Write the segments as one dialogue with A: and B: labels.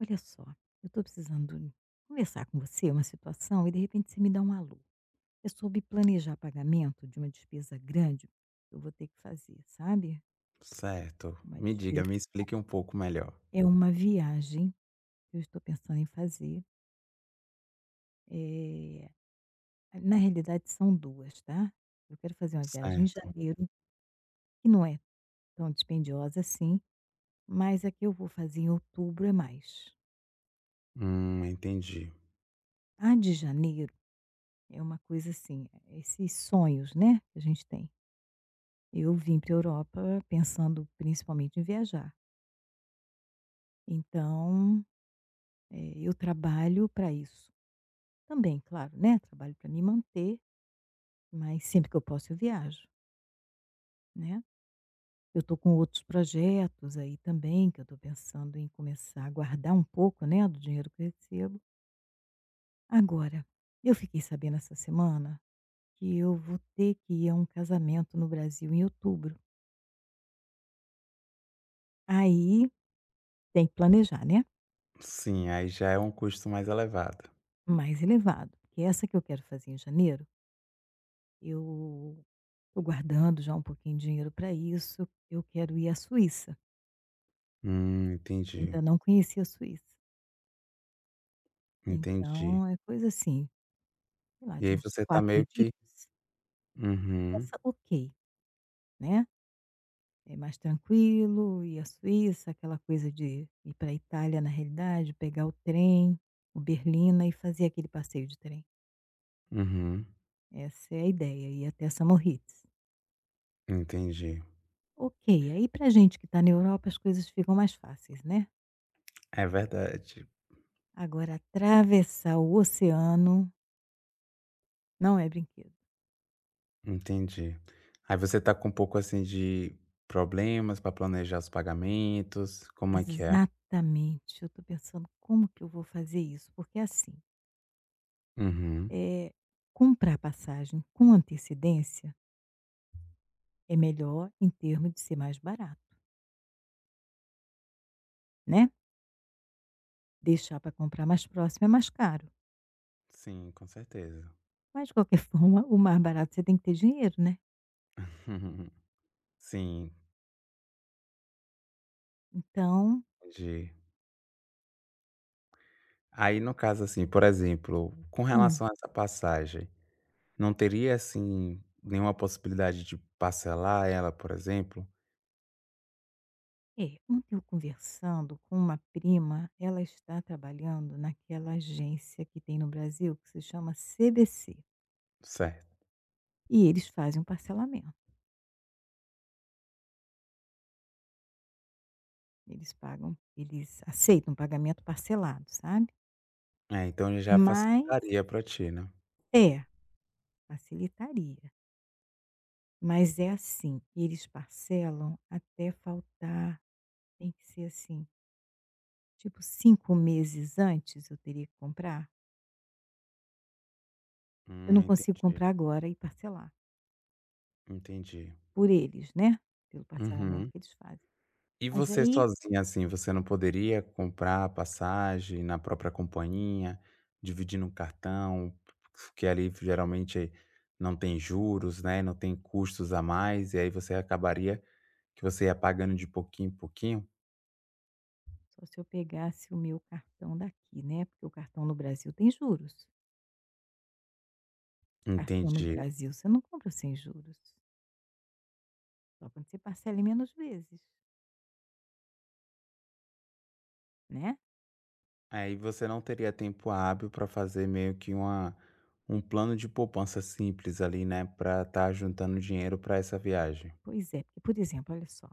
A: Olha só, eu estou precisando conversar com você uma situação e de repente você me dá um alô. É sobre planejar pagamento de uma despesa grande que eu vou ter que fazer, sabe?
B: Certo.
A: Uma
B: Me diga,
A: despesa.
B: me explique um pouco melhor.
A: É uma viagem que eu estou pensando em fazer. eh, Na realidade, são duas, tá? Eu quero fazer uma viagem em
B: Certo.
A: janeiro, que não é tão dispendiosa assim, mas a que eu vou fazer em outubro é mais.
B: Entendi.
A: A de janeiro é uma coisa assim, é, esses sonhos, né, que a gente tem. Eu vim para a Europa pensando principalmente em viajar. Então, eu trabalho para isso. Também, claro, né, trabalho para me manter, mas sempre que eu posso eu viajo, né. Eu estou com outros projetos aí também, que eu estou pensando em começar a guardar um pouco, né, do dinheiro que eu recebo. Agora, eu fiquei sabendo essa semana que eu vou ter que ir a um casamento no Brasil em outubro. Aí, tem que planejar, né,
B: Sim, aí já é um custo mais elevado.
A: mais elevado, porque essa que eu quero fazer em janeiro eu estou guardando já um pouquinho de dinheiro para isso, eu quero ir à Suíça, eu
B: Entendi,
A: ainda não conheci a Suíça.
B: entendi.
A: Então é coisa assim, sei lá,
B: E
A: de
B: aí
A: uns
B: você tá
A: 4
B: meio que
A: dias,
B: uhum,
A: essa ok, né, é mais tranquilo ir à Suíça, aquela coisa de ir para a Itália na realidade, pegar o trem, o Berlina e fazer aquele passeio de trem.
B: uhum,
A: Essa é a ideia, ir até Samoritz.
B: entendi.
A: Ok, aí para gente que está na Europa as coisas ficam mais fáceis, né.
B: É verdade,
A: Agora atravessar o oceano não é brinquedo.
B: entendi. Aí você tá com um pouco, assim, de problemas para planejar os pagamentos, como é que é?
A: Exatamente, eu estou pensando como que eu vou fazer isso, porque assim,
B: Uhum.
A: eh, comprar passagem com antecedência é melhor em termos de ser mais barato, né. Deixar para comprar mais próximo é mais caro,
B: Sim, com certeza.
A: mas de qualquer forma o mais barato você tem que ter dinheiro, né.
B: Sim,
A: Então.
B: entendi. Aí no caso, assim, por exemplo, com
A: Hum.
B: relação a essa passagem, não teria, assim, nenhuma possibilidade de parcelar ela, por exemplo?
A: É, ontem eu conversando com uma prima, ela está trabalhando naquela agência que tem no Brasil que se chama CVC,
B: Certo.
A: e eles fazem um parcelamento. Eles aceitam pagamento parcelado, sabe.
B: É, então já
A: Mas
B: facilitaria pra ti, né?
A: é, facilitaria. Mas é assim, eles parcelam até faltar, tem que ser assim, tipo 5 meses antes eu teria que comprar. Eu não consigo
B: Entendi,
A: comprar agora e parcelar,
B: entendi.
A: por eles, né, pelo parcelamento
B: Uhum.
A: que eles fazem.
B: E
A: Mas
B: você
A: aí,
B: sozinha, assim, você não poderia comprar a passagem na própria companhia, dividir no cartão, que ali geralmente não tem juros, né, não tem custos a mais, e aí você acabaria que você ia pagando de pouquinho em pouquinho?
A: só se eu pegasse o meu cartão daqui, né, porque o cartão no Brasil tem juros. Cartão no
B: Entendi.
A: Brasil você não compra sem juros, só quando você parcela em menos vezes. Né?
B: Aí você não teria tempo hábil para fazer meio que uma um plano de poupança simples ali, né, para estar juntando dinheiro para essa viagem.
A: Pois é, porque, por exemplo, olha só,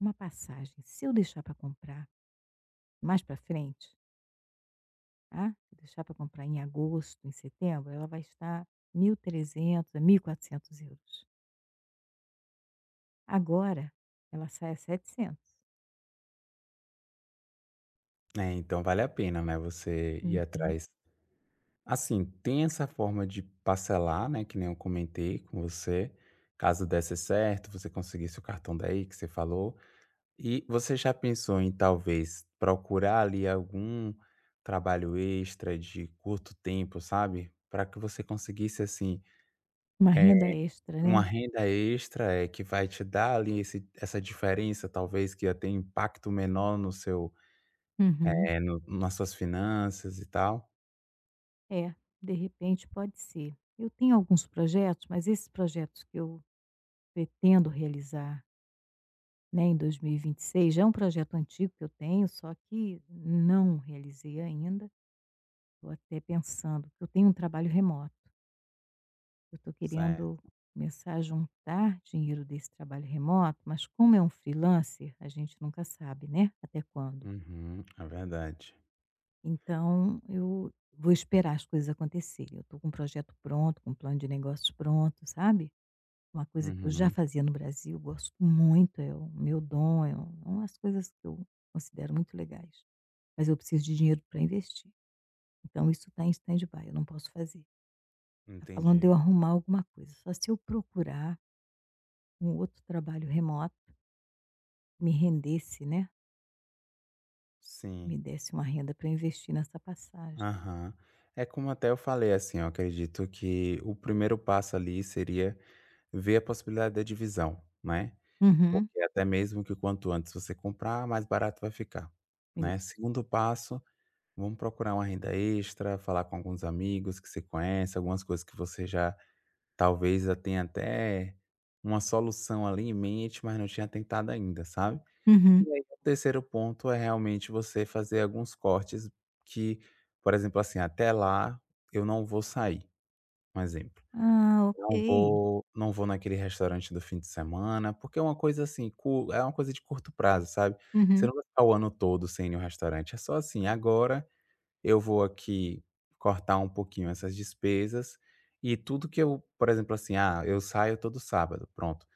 A: uma passagem, se eu deixar para comprar mais para frente, tá? Se eu deixar para comprar em agosto, em setembro, ela vai estar 1.300 a 1.400 euros. Agora, ela sai a 700.
B: É, então vale a pena, né, você ir
A: Uhum.
B: atrás. Assim, tem essa forma de parcelar, né, que nem eu comentei com você, caso desse certo, você conseguisse o cartão daí que você falou. E você já pensou em talvez procurar ali algum trabalho extra de curto tempo, sabe? Para que você conseguisse assim
A: Uma
B: eh,
A: renda extra,
B: uma
A: né?
B: renda extra, é, que vai te dar ali esse essa diferença talvez que ia ter impacto menor no seu,
A: Uhum.
B: no nas suas finanças e tal?
A: É, de repente pode ser. Eu tenho alguns projetos, mas esses projetos que eu pretendo realizar, né, em 2026, já é um projeto antigo que eu tenho, só que não realizei ainda. Estou até pensando, que eu tenho um trabalho remoto. Eu estou querendo
B: Certo.
A: começar a juntar dinheiro desse trabalho remoto, mas como é um freelancer, a gente nunca sabe, né, até quando.
B: Uhum, é verdade.
A: Então, eu vou esperar as coisas acontecerem. Eu estou com um projeto pronto, com um plano de negócios pronto, sabe? Uma coisa que eu já
B: Uhum,
A: fazia no Brasil, gosto muito, é o meu dom, são as coisas que eu considero muito legais. Mas eu preciso de dinheiro para investir. Então, isso está em stand-by, eu não posso fazer. Tá falando de
B: entendi.
A: eu arrumar alguma coisa, só se eu procurar um outro trabalho remoto que me rendesse, né, que
B: Sim,
A: me desse uma renda para eu investir nessa passagem.
B: aham. É como até eu falei, assim, eu acredito que o primeiro passo ali seria ver a possibilidade da divisão, né,
A: Uhum.
B: porque até mesmo que quanto antes você comprar, mais barato vai ficar, né.
A: Isso.
B: Segundo passo, vamos procurar uma renda extra, falar com alguns amigos que você conhece, algumas coisas que você já talvez já tenha até uma solução ali em mente, mas não tinha tentado ainda, sabe? E
A: Uhum.
B: aí, o terceiro ponto é realmente você fazer alguns cortes que, por exemplo, assim, até lá eu não vou sair, um exemplo.
A: Ah,
B: Não
A: ok.
B: vou, não vou naquele restaurante do fim de semana, porque é uma coisa assim, é uma coisa de curto prazo, sabe? Você
A: Uhum.
B: não vai ficar o ano todo sem ir no restaurante, é só assim, agora eu vou aqui cortar um pouquinho essas despesas e tudo que eu, por exemplo, assim, ah, eu saio todo sábado, pronto.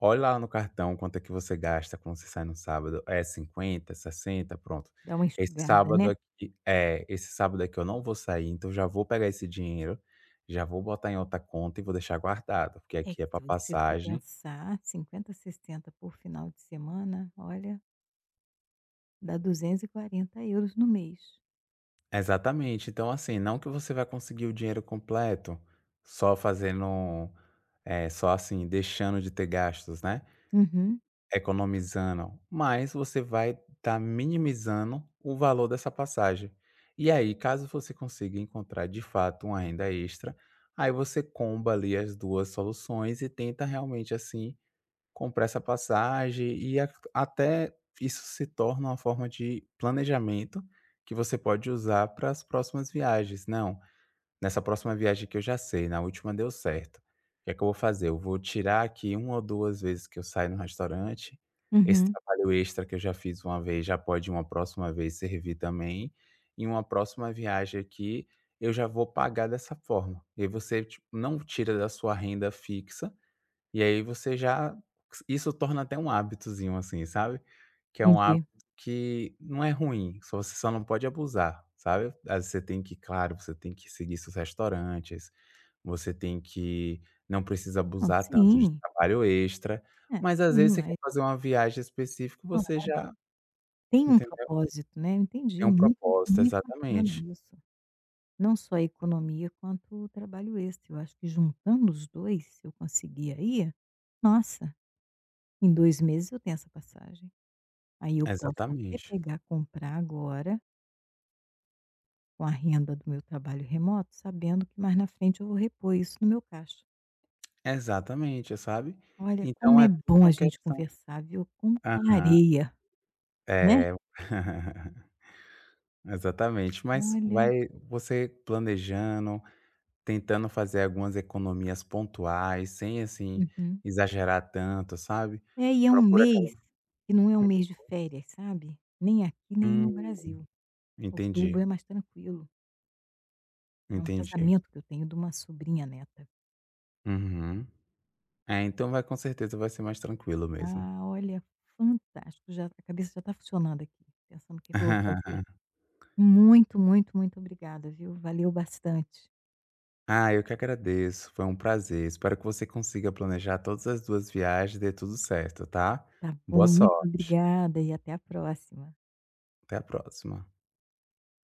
B: Olha lá no cartão quanto é que você gasta quando você sai no sábado. É 50, 60, pronto.
A: Dá uma
B: Esse
A: enxugada,
B: sábado
A: né.
B: aqui, é, esse sábado aqui eu não vou sair, então já vou pegar esse dinheiro, já vou botar em outra conta e vou deixar guardado, porque
A: É
B: aqui
A: que
B: é para
A: se você for
B: passagem.
A: pensar 50, 60 por final de semana, olha, dá 240 euros no mês.
B: Exatamente. Então, assim, não que você vai conseguir o dinheiro completo só fazendo, só assim, deixando de ter gastos, né?
A: Uhum.
B: Economizando, mas você vai estar minimizando o valor dessa passagem. E aí, caso você consiga encontrar de fato uma renda extra, aí você comba ali as duas soluções e tenta realmente assim comprar essa passagem e a até isso se torna uma forma de planejamento que você pode usar para as próximas viagens. "Não, nessa próxima viagem que eu já sei, na última deu certo. O que é que eu vou fazer? Eu vou tirar aqui uma ou 2 vezes que eu saio no restaurante, esse
A: Uhum.
B: trabalho extra que eu já fiz uma vez já pode uma próxima vez servir também, e uma próxima viagem aqui eu já vou pagar dessa forma". E aí você, tipo, não tira da sua renda fixa, e aí você já isso torna até um hábitozinho, assim, sabe, que é um hábito
A: Entendi.
B: que não é ruim, só você só não pode abusar, sabe. Aí você tem que, claro, você tem que seguir seus restaurantes, você tem que não precisa
A: Não,
B: abusar tanto de
A: sim.
B: trabalho extra,
A: É,
B: mas às
A: sim,
B: vezes você quer
A: mas,
B: fazer uma viagem específica,
A: ó,
B: você já
A: tem um
B: entendeu?
A: propósito, né, eu entendi,
B: Tem um
A: muito
B: propósito,
A: muito bacana
B: exatamente.
A: isso. Não só a economia quanto o trabalho extra. Eu acho que juntando os 2 se eu conseguir aí, nossa, em 2 meses eu tenho essa passagem. Aí eu posso até
B: Exatamente.
A: pegar, comprar agora com a renda do meu trabalho remoto, sabendo que mais na frente eu vou repor isso no meu caixa.
B: Exatamente, sabe.
A: Olha, como
B: Então
A: é
B: é tudo
A: bom a
B: uma
A: gente
B: questão.
A: conversar, viu, como
B: Aham.
A: clareia, né.
B: É. Exatamente, mas vai
A: Olha,
B: você planejando, tentando fazer algumas economias pontuais, sem, assim,
A: uhum.
B: exagerar tanto, sabe.
A: É, e é um
B: Procura aquela
A: mês que não é um mês de férias, sabe, nem aqui nem
B: Hum,
A: no Brasil.
B: entendi,
A: Outubro é mais tranquilo. É um
B: entendi.
A: pensamento que eu tenho de uma sobrinha neta.
B: Uhum. É, então vai, com certeza vai ser mais tranquilo mesmo.
A: Ah, olha, fantástico, já a cabeça já está funcionando aqui, pensando o que que eu vou fazer. Muito, muito, muito obrigada, viu, valeu bastante.
B: Ah, eu que agradeço, foi um prazer. Espero que você consiga planejar todas as 2 viagens e dê tudo certo, tá.
A: Tá
B: Boa
A: bom, muito
B: sorte,
A: obrigada e até a próxima.
B: até a próxima.